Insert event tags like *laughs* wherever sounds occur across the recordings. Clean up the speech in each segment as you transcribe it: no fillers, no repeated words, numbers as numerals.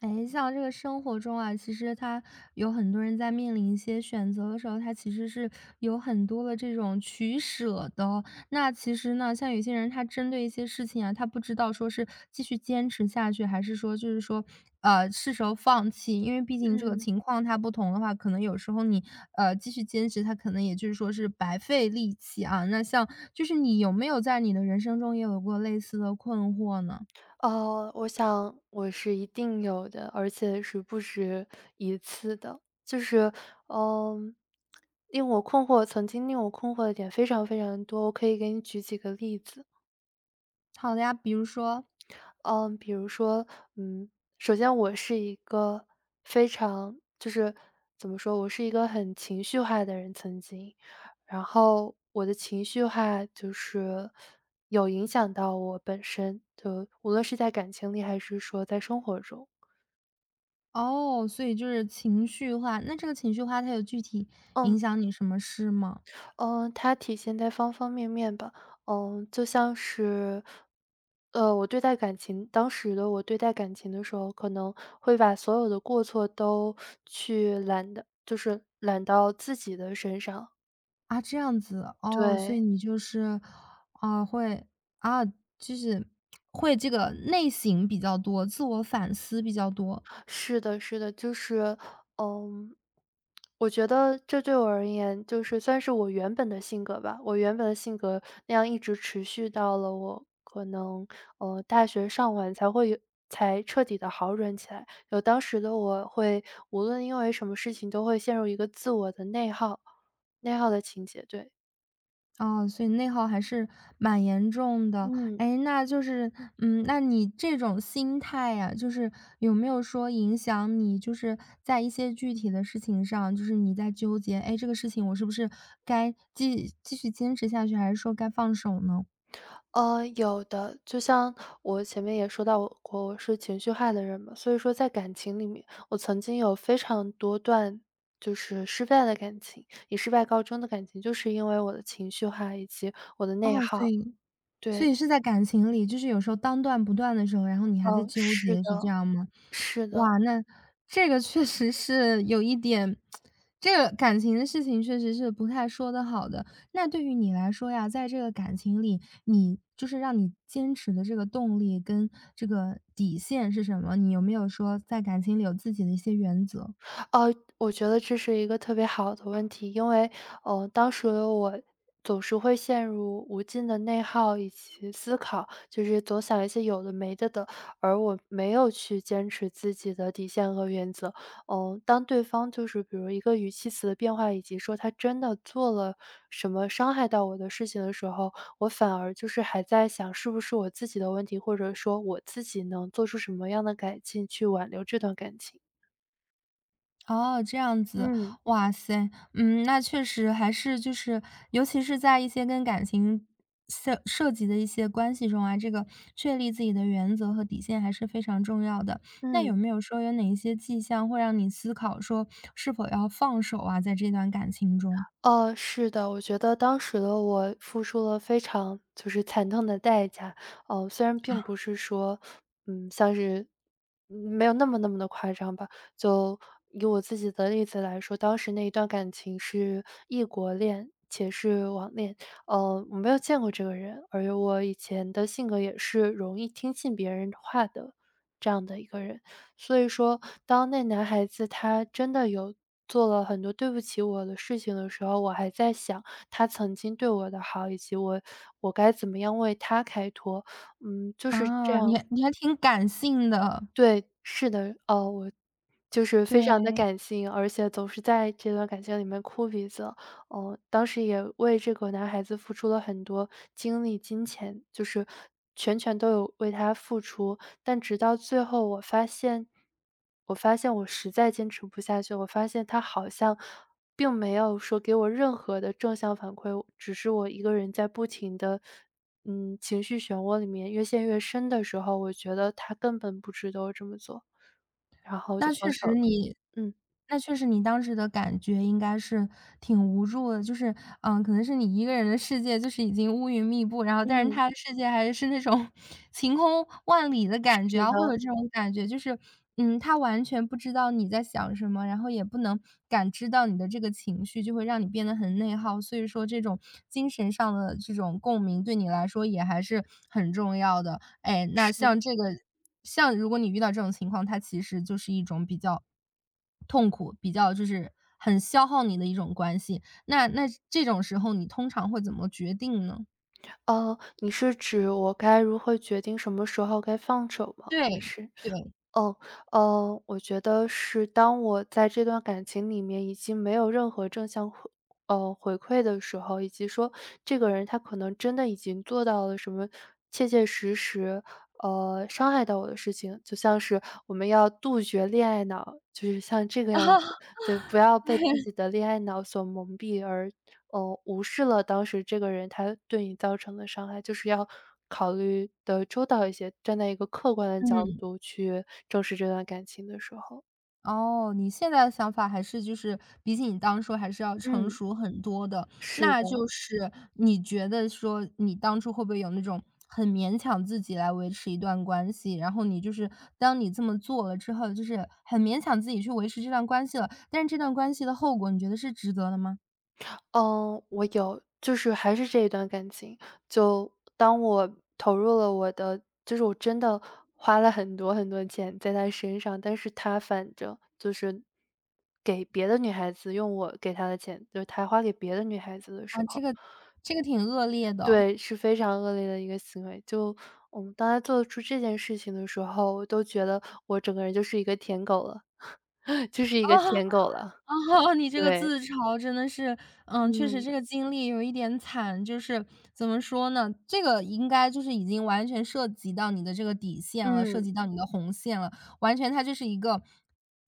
哎，像这个生活中啊，其实他有很多人在面临一些选择的时候，他其实是有很多的这种取舍的。那其实呢，像有些人他针对一些事情啊，他不知道说是继续坚持下去，还是说就是说，是时候放弃。因为毕竟这个嗯，情况它不同的话，可能有时候你继续坚持，它可能也就是说是白费力气啊。那像就是你有没有在你的人生中也有过类似的困惑呢？哦，我想我是一定有的，而且是不止一次的。就是，嗯，令我困惑，曾经令我困惑的点非常非常多，我可以给你举几个例子。好的呀，比如说。嗯，比如说，嗯，首先我是一个非常就是怎么说，我是一个很情绪化的人，曾经，然后我的情绪化就是有影响到我本身，就无论是在感情里还是说在生活中。哦，所以就是情绪化，那这个情绪化它有具体嗯。影响你什么事吗？嗯，它体现在方方面面吧。嗯，就像是，呃，我对待感情，当时的我对待感情的时候，可能会把所有的过错都去揽的就是揽到自己的身上。啊，这样子，哦，所以对。你就是，啊，会啊，就是会这个内省比较多，自我反思比较多。是的，是的，就是，嗯，我觉得这对我而言，就是算是我原本的性格吧。我原本的性格那样一直持续到了我可能大学上完才会才彻底的好转起来。当时的我会，无论因为什么事情都会陷入一个自我的内耗，内耗的情节。对。哦，所以内耗还是蛮严重的。嗯。哎，那就是，嗯，那你这种心态呀，就是有没有说影响你，就是在一些具体的事情上，就是你在纠结，哎，这个事情我是不是该继续坚持下去，还是说该放手呢？有的，就像我前面也说到我过，我是情绪化的人嘛，所以说在感情里面，我曾经有非常多段就是失败的感情，以失败告终的感情，就是因为我的情绪化以及我的内哦，所耗。以所对。以是在感情里，就是有时候当断不断的时候，然后你还在嗯，纠是结，是这的，样吗？是的。哇，那这个确实是有一点，这个感情的事情确实是不太说得好的。那对于你来说呀，在这个感情里，你就是让你坚持的这个动力跟这个底线是什么？你有没有说在感情里有自己的一些原则？我觉得这是一个特别好的问题，因为，当时的我总是会陷入无尽的内耗以及思考，就是总想一些有的没的的，而我没有去坚持自己的底线和原则。嗯，当对方就是比如一个语气词的变化，以及说他真的做了什么伤害到我的事情的时候，我反而就是还在想是不是我自己的问题，或者说我自己能做出什么样的改进去挽留这段感情。哦，这样子，嗯哇塞，嗯，那确实还是就是，尤其是在一些跟感情涉及的一些关系中啊，这个确立自己的原则和底线还是非常重要的。那嗯。有没有说有哪一些迹象会让你思考说是否要放手啊，在这段感情中？哦，是的，我觉得当时的我付出了非常就是惨痛的代价。虽然并不是说，嗯，像是嗯没有那么那么的夸张吧。就以我自己的例子来说，当时那一段感情是异国恋，且是网恋。我没有见过这个人，而且我以前的性格也是容易听信别人话的这样的一个人。所以说，当那男孩子他真的做了很多对不起我的事情的时候，我还在想他曾经对我的好，以及我该怎么样为他开脱。就是这啊，你样。还你还挺感性的，对，是的。哦，我就是非常的对。感性，而且总是在这段感情里面哭鼻子。哦，当时也为这个男孩子付出了很多精力、金钱，就是全权都有为他付出。但直到最后我发现我实在坚持不下去，我发现他好像并没有说给我任何的正向反馈，只是我一个人在不停的。情绪漩涡里面越陷越深的时候，我觉得他根本不值得我这么做，然后我就那放确手实了。你嗯，那确实你当时的感觉应该是挺无助的，就是，嗯，可能是你一个人的世界就是已经乌云密布，然后但是嗯，他的世界还是那种 *laughs* 晴空万里的是感觉啊，会的，有这种感觉，就是，嗯，他完全不知道你在想什么，然后也不能感知到你的这个情绪，就会让你变得很内耗。所以说这种精神上的这种共鸣对你来说也还是很重要的。哎，那是。像这个像如果你遇到这种情况，它其实就是一种比较痛苦，比较就是很消耗你的一种关系，那这种时候你通常会怎么决定呢？你是指我该如何决定什么时候该放手吗？对，还是。对，哦，我觉得是当我在这段感情里面已经没有任何正向回呃，回馈的时候，以及说这个人他可能真的已经做到了什么切切实实，伤害到我的事情，就像是我们要杜绝恋爱脑，就是像这个样子。对，不要被自己的恋爱脑所蒙蔽而无视了当时这个人他对你造成的伤害，就是要考虑的周到一些，站在一个客观的角嗯。度去正视这段感情的时候。哦，你现在的想法还是就是比起你当初还是要成嗯，熟很多的。是那就的。是你觉得说你当初会不会有那种很勉强自己来维持一段关系，然后你就是当你这么做了之后，就是很勉强自己去维持这段关系了，但是这段关系的后果你觉得是值得的吗？嗯，我有，就是还是这一段感情，就当我投入了我的，就是我真的花了很多很多钱在他身上，但是他反正就是给别的女孩子用我给他的钱，就是他花给别的女孩子的时啊，这候。个这个挺恶劣的。对，是非常恶劣的一个行为。就我们当他做出这件事情的时候，我都觉得我整个人就是一个舔狗了，*laughs* 就是 *laughs* 一个啊。舔狗了。哦，你这个对。自嘲真的是，嗯，确实嗯，这个经历有一点惨，就是怎么说呢，这个应该就是已经完全涉及到你的这个底线了，涉嗯，及到你的红线了，完全它就是一个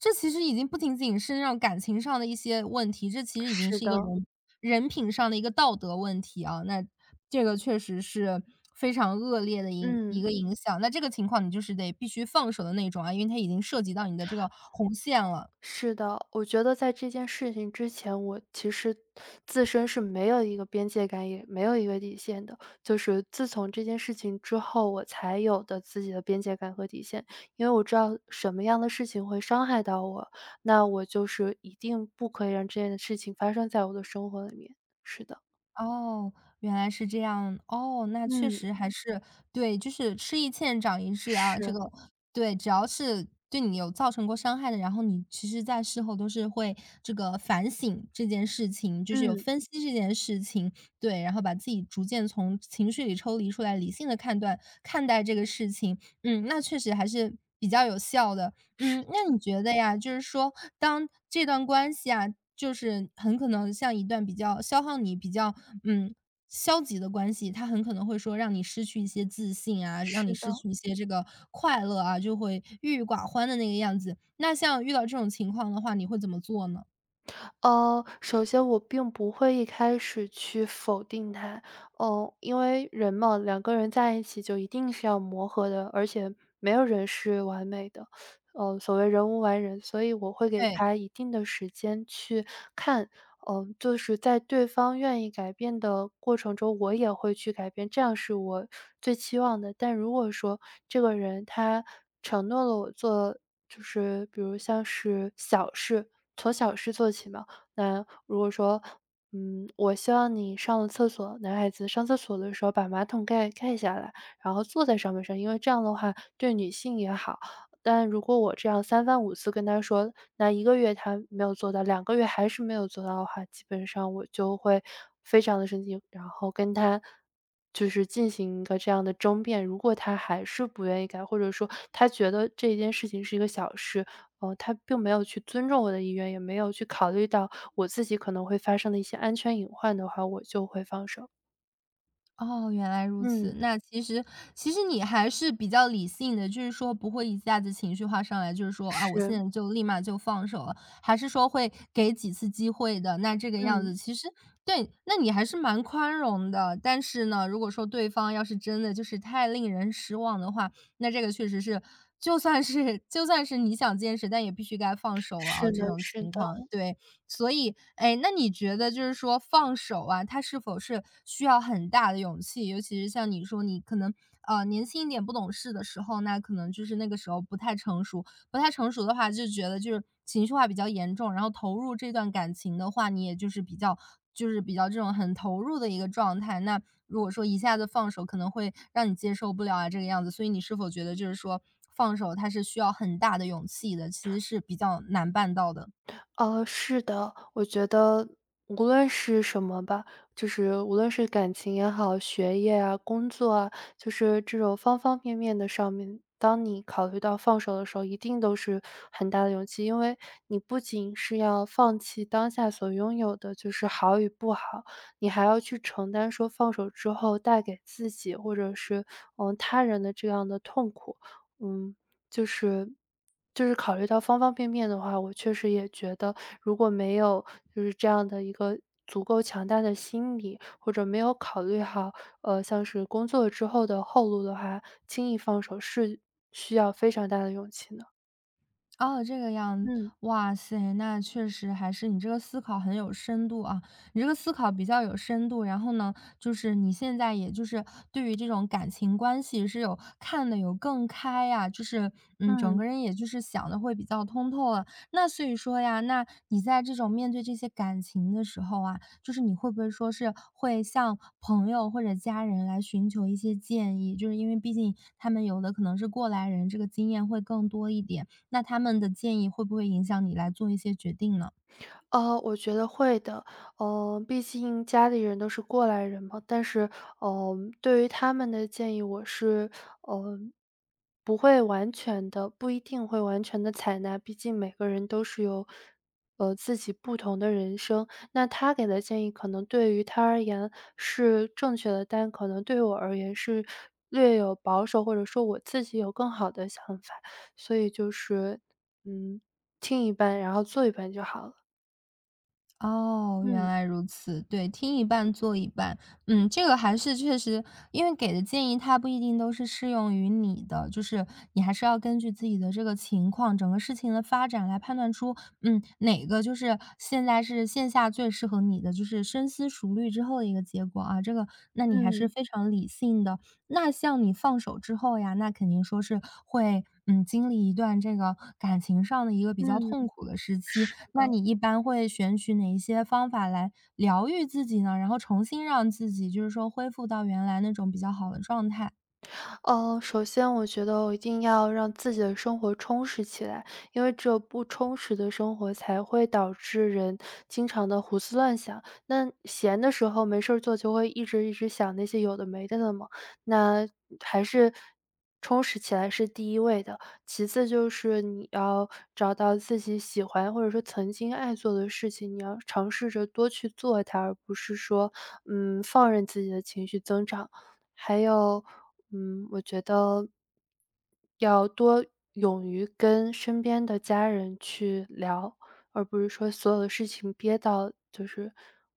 这其实已经不仅仅是那种感情上的一些问题，这其实已经是是一个的。人人品上的一个道德问题啊，那这个确实是非常恶劣的影一嗯。个影响，那这个情况你就是得必须放手的那种啊，因为它已经涉及到你的这个红线了。是的，我觉得在这件事情之前，我其实自身是没有一个边界感，也没有一个底线的。就是自从这件事情之后，我才有的自己的边界感和底线。因为我知道什么样的事情会伤害到我，那我就是一定不可以让这件事情发生在我的生活里面。是的。哦，原来是这样。哦，那确嗯，实还嗯是对，就是吃一堑长一智啊，这是，个对，只要是对你有造成过伤害的，然后你其实在事后都是会这个反省这件事情，就是有嗯，分析这件事情，对，然后把自己逐渐从情绪里抽离出来，理性的判断看待这个事情。嗯，那确实还是比较有效的。是嗯，那的，你觉得呀，就是说当这段关系啊，就是很可能像一段比较消耗你比较，嗯，消极的关系，它很可能会说让你失去一些自信啊，让你是失的。去一些这个快乐啊，就会郁郁寡欢的那个样子。那像遇到这种情况的话，你会怎么做呢？首先我并不会一开始去否定他，因为人嘛，两个人在一起就一定是要磨合的，而且没有人是完美的，所谓人无完人，所以我会给对。他一定的时间去看。就是在对方愿意改变的过程中，我也会去改变，这样是我最期望的。但如果说这个人他承诺了我做，就是比如像是小事，从小事做起嘛。那如果说，我希望你上了厕所，男孩子上厕所的时候把马桶盖盖下来，然后坐在上面上，因为这样的话对女性也好。但如果我这样三番五次跟他说，那一个月他没有做到，两个月还是没有做到的话，基本上我就会非常的生气，然后跟他就是进行一个这样的争辩。如果他还是不愿意改，或者说他觉得这件事情是一个小事，哦，他并没有去尊重我的意愿，也没有去考虑到我自己可能会发生的一些安全隐患的话，我就会放手。哦，原来如此。嗯，那其实你还是比较理性的，就是说不会一下子情绪化上来，就是说啊，我现是，在就立马就放手了，还是说会给几次机会的。那这个样子，嗯，其实对，那你还是蛮宽容的。但是呢，如果说对方要是真的就是太令人失望的话，那这个确实是，就算是 *laughs* 就算是你想坚持，但也必须该放手了是啊，这的种是情的。况，对。所以，哎，那你觉得就是说放手啊，它是否是需要很大的勇气？尤其是像你说你可能，年轻一点不懂事的时候，那可能就是那个时候不太成熟，不太成熟的话，就觉得就是情绪化比较严重，然后投入这段感情的话，你也就是比较就是比较这种很投入的一个状态。那如果说一下子放手，可能会让你接受不了啊这个样子。所以你是否觉得就是说放手它是需要很大的勇气的，其实是比较难办到的？哦，是的，我觉得无论是什么吧，就是无论是感情也好，学业啊、工作啊，就是这种方方面面的上面，当你考虑到放手的时候，一定都是很大的勇气，因为你不仅是要放弃当下所拥有的，就是好与不好，你还要去承担说放手之后带给自己或者是他人的这样的痛苦。嗯。就是就是考虑到方方面面的话，我确实也觉得，如果没有就是这样的一个足够强大的心理，或者没有考虑好，像是工作之后的后路的话，轻易放手是需要非常大的勇气呢。哦，这个样，嗯哇塞，那确实还是你这个思考很有深度啊，你这个思考比较有深度，然后呢，就是你现在也就是对于这种感情关系是有看的有更开呀，就是嗯，整嗯。个人也就是想的会比较通透了。那所以说呀，那你在这种面对这些感情的时候啊，就是你会不会说是会向朋友或者家人来寻求一些建议？就是因为毕竟他们有的可能是过来人，这个经验会更多一点。那他们的建议会不会影响你来做一些决定呢？我觉得会的。嗯，毕竟家里人都是过来人嘛，但是，对于他们的建议，我是，嗯，不会完全的，不一定会完全的采纳，毕竟每个人都是有，自己不同的人生。那他给的建议可能对于他而言是正确的，但可能对我而言是略有保守，或者说我自己有更好的想法。所以就是，嗯，听一半，然后做一半就好了。哦，原嗯来如此。对，听一半做一半。嗯，这个还是确实，因为给的建议它不一定都是适用于你的，就是你还是要根据自己的这个情况，整个事情的发展来判断出，嗯，哪个就是现在是线下最适合你的，就是深思熟虑之后的一个结果啊。这个，那你还是嗯非常理性的。那像你放手之后呀，那肯定说是会。嗯，经历一段这个感情上的一个比较嗯，痛苦的时期，是。那你一般会选取哪一些方法来疗愈自己呢？然后重新让自己就是说恢复到原来那种比较好的状态？首先我觉得我一定要让自己的生活充实起来，因为只有不充实的生活才会导致人经常的胡思乱想。那闲的时候没事儿做，就会一直一直想那些有的没的的嘛。那还是充实起来是第一位的，其次就是你要找到自己喜欢或者说曾经爱做的事情，你要尝试着多去做它，而不是说放任自己的情绪增长。还有，我觉得要多勇于跟身边的家人去聊，而不是说所有的事情憋到就是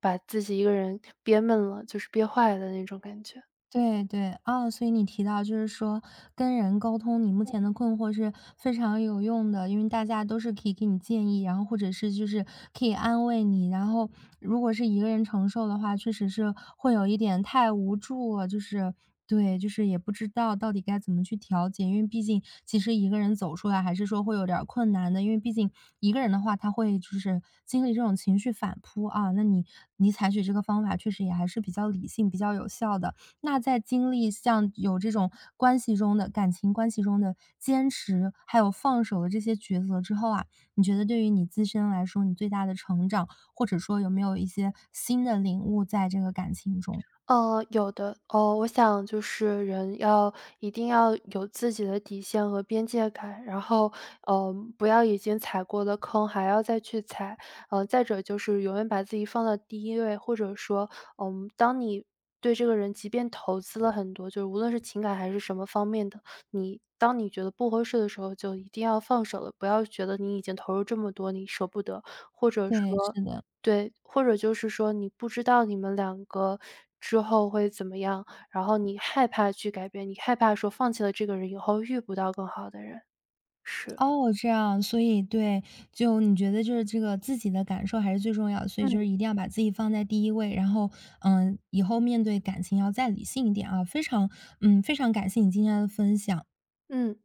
把自己一个人憋闷了，就是憋坏的那种感觉。对对，啊，所以你提到就是说跟人沟通，你目前的困惑是非常有用的，因为大家都是可以给你建议，然后或者是就是可以安慰你，然后如果是一个人承受的话，确实是会有一点太无助了，就是对，就是也不知道到底该怎么去调节，因为毕竟其实一个人走出来还是说会有点儿困难的，因为毕竟一个人的话，他会就是经历这种情绪反扑啊，那你采取这个方法确实也还是比较理性、比较有效的。那在经历像有这种关系中的感情关系中的坚持，还有放手的这些抉择之后啊，你觉得对于你自身来说，你最大的成长，或者说有没有一些新的领悟在这个感情中？有的。哦，我想就是人要一定要有自己的底线和边界感，然后，不要已经踩过的坑还要再去踩。再者就是永远把自己放到第一位，或者说，当你对这个人即便投资了很多，就是无论是情感还是什么方面的，你当你觉得不合适的时候，就一定要放手了，不要觉得你已经投入这么多，你舍不得，或者对，说。是的。对，或者就是说你不知道你们两个之后会怎么样，然后你害怕去改变，你害怕说放弃了这个人以后遇不到更好的人。是，哦，这样，所以对，就你觉得就是这个自己的感受还是最重要的，所以就嗯。是一定要把自己放在第一位，然后，嗯，以后面对感情要再理性一点啊。非常，嗯，非常感谢你今天的分享。嗯。